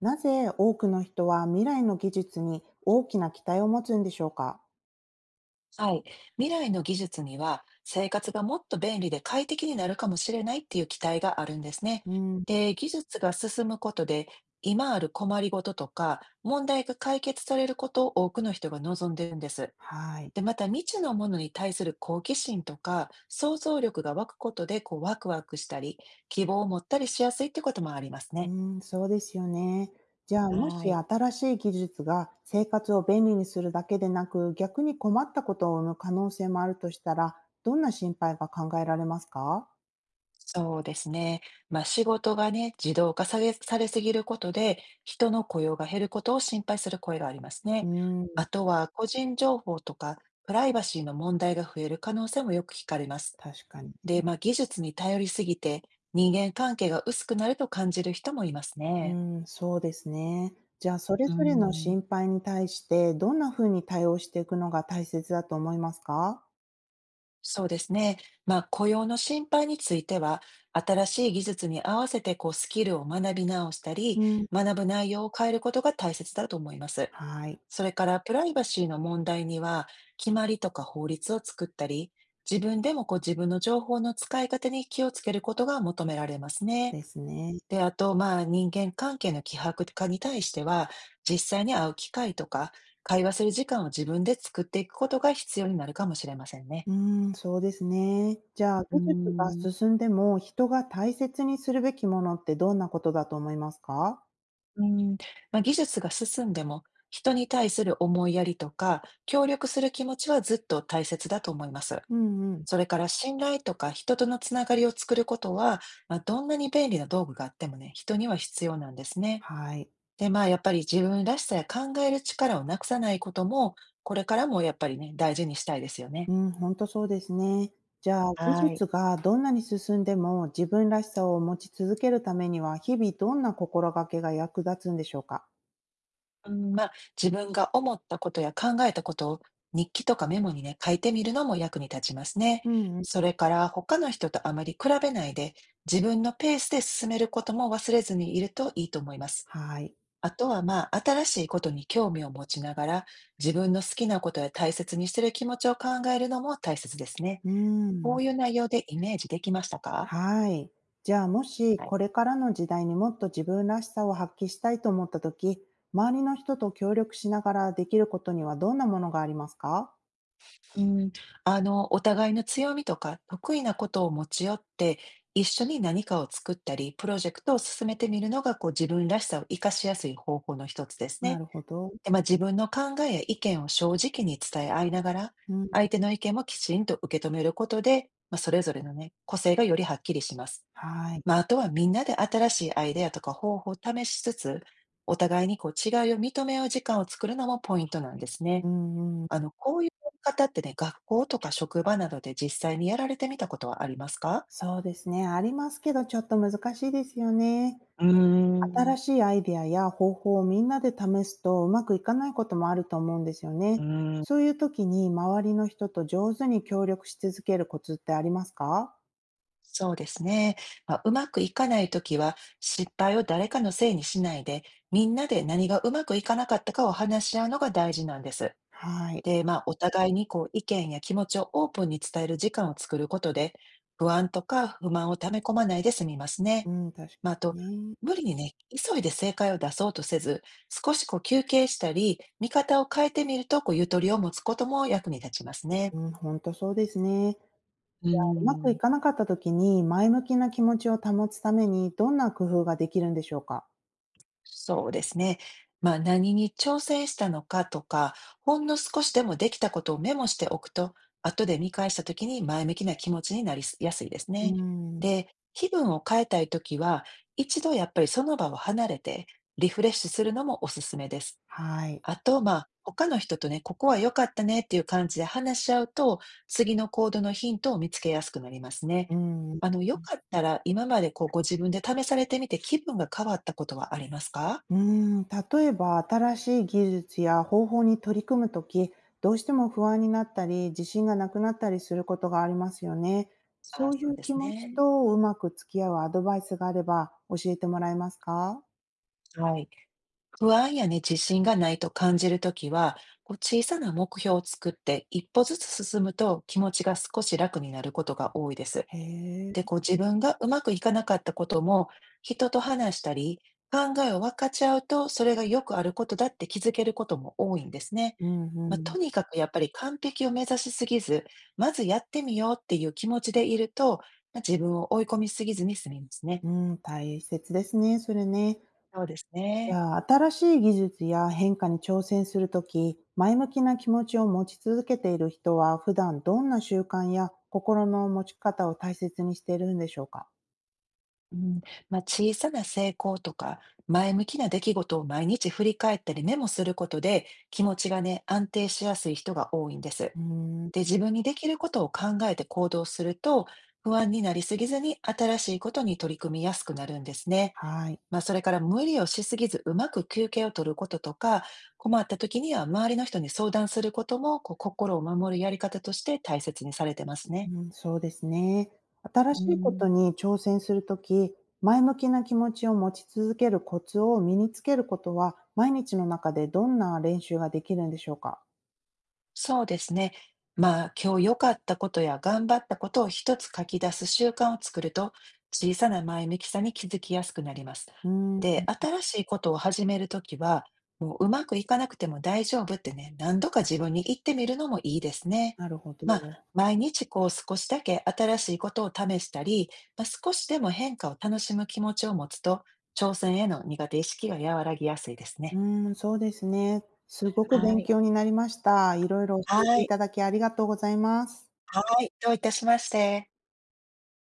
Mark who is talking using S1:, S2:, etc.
S1: なぜ多くの人は未来の技術に大きな期待を持つんでしょうか？
S2: はい。未来の技術には、生活がもっと便利で快適になるかもしれないっていう期待があるんですね。
S1: うん、
S2: で、技術が進むことで、今ある困りごととか、問題が解決されることを多くの人が望んでるんです。
S1: はい。
S2: で、また未知のものに対する好奇心とか、想像力が湧くことで、こう、ワクワクしたり、希望を持ったりしやすいってこともあります
S1: う
S2: ね。
S1: ん、そうですよね。じゃあ、も
S2: は
S1: し
S2: い。
S1: 新しい技術が生活を便利にするだけでなく、逆に困ったことを生む可能性もあるとしたら、どんな心配が考えられますか？
S2: そうですね。まあ、仕事がね、自動化され、されすぎることで、人の雇用が減ることを心配する声があります
S1: う
S2: ね。
S1: ん、
S2: あとは、個人情報とか、プライバシーの問題が増える可能性もよく聞かれます。
S1: 確かに。
S2: で、まあ、技術に頼りすぎて、人間関係が薄くなると感じる人もいます
S1: う
S2: ね。
S1: ん、そうですね。じゃあ、それ
S2: う
S1: ぞれの
S2: ん、
S1: 心配に対して、どんな風に対応していくのが大切だと思いますか？
S2: そうですね。まあ、雇用の心配については、新しい技術に合わせてこうスキルを学び直したり、
S1: うん、
S2: 学ぶ内容を変えることが大切だと思います。
S1: はい、
S2: それからプライバシーの問題には、決まりとか法律を作ったり、自分でもこう自分の情報の使い方に気をつけることが求められますね。
S1: ですね。
S2: で、あと、まあ、人間関係の希薄化に対しては、実際に会う機会とか、会話する時間を自分で作っていくことが必要になるかもしれませんね。
S1: うーん、そうですね。じゃあ、
S2: うー
S1: 技術が
S2: ん、
S1: 進んでも、人が大切にするべきものってどんなことだと思いますか？
S2: うーん、まあ、技術が進んでも、人に対する思いやりとか、協力する気持ちはずっと大切だと思います。
S1: うんうん。
S2: それから信頼とか人とのつながりを作ることは、まあ、どんなに便利な道具があってもね、人には必要なんですね。
S1: はい。
S2: で、まあ、やっぱり自分らしさや考える力をなくさないことも、これからもやっぱりね、大事にしたいですよね。
S1: うん、ほんとそうですね。じゃあ、技
S2: はい。
S1: 術がどんなに進んでも、自分らしさを持ち続けるためには、日々どんな心がけが役立つんでしょうか？
S2: うん、まあ、自分が思ったことや考えたことを日記とかメモにね、書いてみるのも役に立ちますね。
S1: うんうん。
S2: それから他の人とあまり比べないで自分のペースで進めることも忘れずにいるといいと思います。
S1: はい。
S2: あとはまあ、新しいことに興味を持ちながら自分の好きなことや大切にしてる気持ちを考えるのも大切ですね。
S1: うー
S2: こ
S1: ん。
S2: ういう内容でイメージできましたか？
S1: はい。じゃあ、もし
S2: はい。
S1: これからの時代にもっと自分らしさを発揮したいと思った時、周りの人と協力しながらできることにはどんなものがありますか？
S2: うん、あの、お互いの強みとか得意なことを持ち寄って、一緒に何かを作ったり、プロジェクトを進めてみるのが、こう自分らしさを活かしやすい方法の一つです
S1: な
S2: ね。
S1: るほど。
S2: で、まあ、自分の考えや意見を正直に伝え合いながら、
S1: うん。
S2: 相手の意見もきちんと受け止めることで、まあ、それぞれのね、個性がよりはっきりします。
S1: はい。
S2: まあ、あとはみんなで新しいアイデアとか方法を試しつつ、お互いにこう違いを認め合う時間を作るのもポイントなんですね。
S1: うんうん。
S2: あの、こういうやり方ってね、学校とか職場などで実際にやられてみたことはありますか？
S1: そうですね、ありますけど、ちょっと難しいですよね。
S2: うー
S1: 新
S2: ん。
S1: しいアイデアや方法をみんなで試すと、うまくいかないこともあると思うんですよ
S2: う
S1: ね。
S2: ーん、
S1: そういう時に周りの人と上手に協力し続けるコツってありますか？
S2: そうですね。まあ、うまくいかないときは、失敗を誰かのせいにしないで、みんなで何がうまくいかなかったかを話し合うのが大事なんです。
S1: はい。
S2: で、まあ、お互いにこう意見や気持ちをオープンに伝える時間を作ることで、不安とか不満を溜め込まないで済みますね。
S1: うん、確
S2: まあ、
S1: か
S2: あと、
S1: にね。
S2: 無理にね、急いで正解を出そうとせず、少しこう休憩したり、見方を変えてみると、こうゆとりを持つことも役に立ちますね。
S1: うん、ほんとそうですね。
S2: うー
S1: うまく
S2: ん。
S1: いかなかった時に、前向きな気持ちを保つために、どんな工夫ができるんでしょうか？
S2: そうですね。まあ、何に挑戦したのかとか、ほんの少しでもできたことをメモしておくと、後で見返した時に前向きな気持ちになりやすいです
S1: う
S2: ね。
S1: ん、
S2: で、気分を変えたい時は、一度やっぱりその場を離れてリフレッシュするのもおすすめです。
S1: はい。
S2: あと、まあ、他の人とね、ここは良かったねっていう感じで話し合うと、次の行動のヒントを見つけやすくなりますね。
S1: うん。
S2: あの、良かったら今までこうご自分で試されてみて気分が変わったことはありますか。
S1: うん、例えば新しい技術や方法に取り組むとき、どうしても不安になったり、自信がなくなったりすることがありますよね。
S2: ああ、
S1: そうい
S2: そう
S1: う
S2: で
S1: 気
S2: す
S1: 持ち
S2: ね。
S1: とうまく付き合うアドバイスがあれば教えてもらえますか？
S2: はい。不安やね、自信がないと感じるときは、こう小さな目標を作って一歩ずつ進むと気持ちが少し楽になることが多いです。
S1: へえ。
S2: で、こう自分がうまくいかなかったことも、人と話したり、考えを分かち合うと、それがよくあることだって気づけることも多いんですね。
S1: うんう
S2: まあ、
S1: ん。
S2: とにかくやっぱり完璧を目指しすぎず、まずやってみようっていう気持ちでいると、まあ、自分を追い込みすぎずに済みますね。
S1: うん、大切ですね、それね。
S2: そうです
S1: じ
S2: ね。
S1: ゃあ、新しい技術や変化に挑戦するとき、前向きな気持ちを持ち続けている人は、普段どんな習慣や心の持ち方を大切にしているんでしょうか？
S2: うん。まあ、小さな成功とか、前向きな出来事を毎日振り返ったりメモすることで、気持ちがね、安定しやすい人が多いんです。
S1: うーん、
S2: で、自分にできることを考えて行動すると、不安になりすぎずに新しいことに取り組みやすくなるんですね。
S1: はい、
S2: まあ、それから無理をしすぎず、うまく休憩を取ることとか、困った時には周りの人に相談することも、こう心を守るやり方として大切にされてますね。
S1: うん、そうですね。新
S2: う
S1: しいこ
S2: ん、
S1: とに挑戦するとき、前向きな気持ちを持ち続けるコツを身につけることは、毎日の中でどんな練習ができるんでしょうか？
S2: そうですね。まあ、今日良かったことや頑張ったことを一つ書き出す習慣を作ると、小さな前向きさに気づきやすくなります。
S1: うー
S2: で、
S1: ん、
S2: 新しいことを始めるときは、もううまくいかなくても大丈夫ってね、何度か自分に言ってみるのもいいですね。
S1: なるほ
S2: まあ、
S1: ど。
S2: 毎日こう少しだけ新しいことを試したり、まあ、少しでも変化を楽しむ気持ちを持つと、挑戦への苦手意識が和らぎやすいです
S1: う
S2: ね。
S1: ーん、そうですね。すごく
S2: は
S1: 勉
S2: い。
S1: 強になりました。いろいろ
S2: は
S1: 教えてい
S2: い、
S1: ただき、ありがとうございます。
S2: はい、どういたしまして。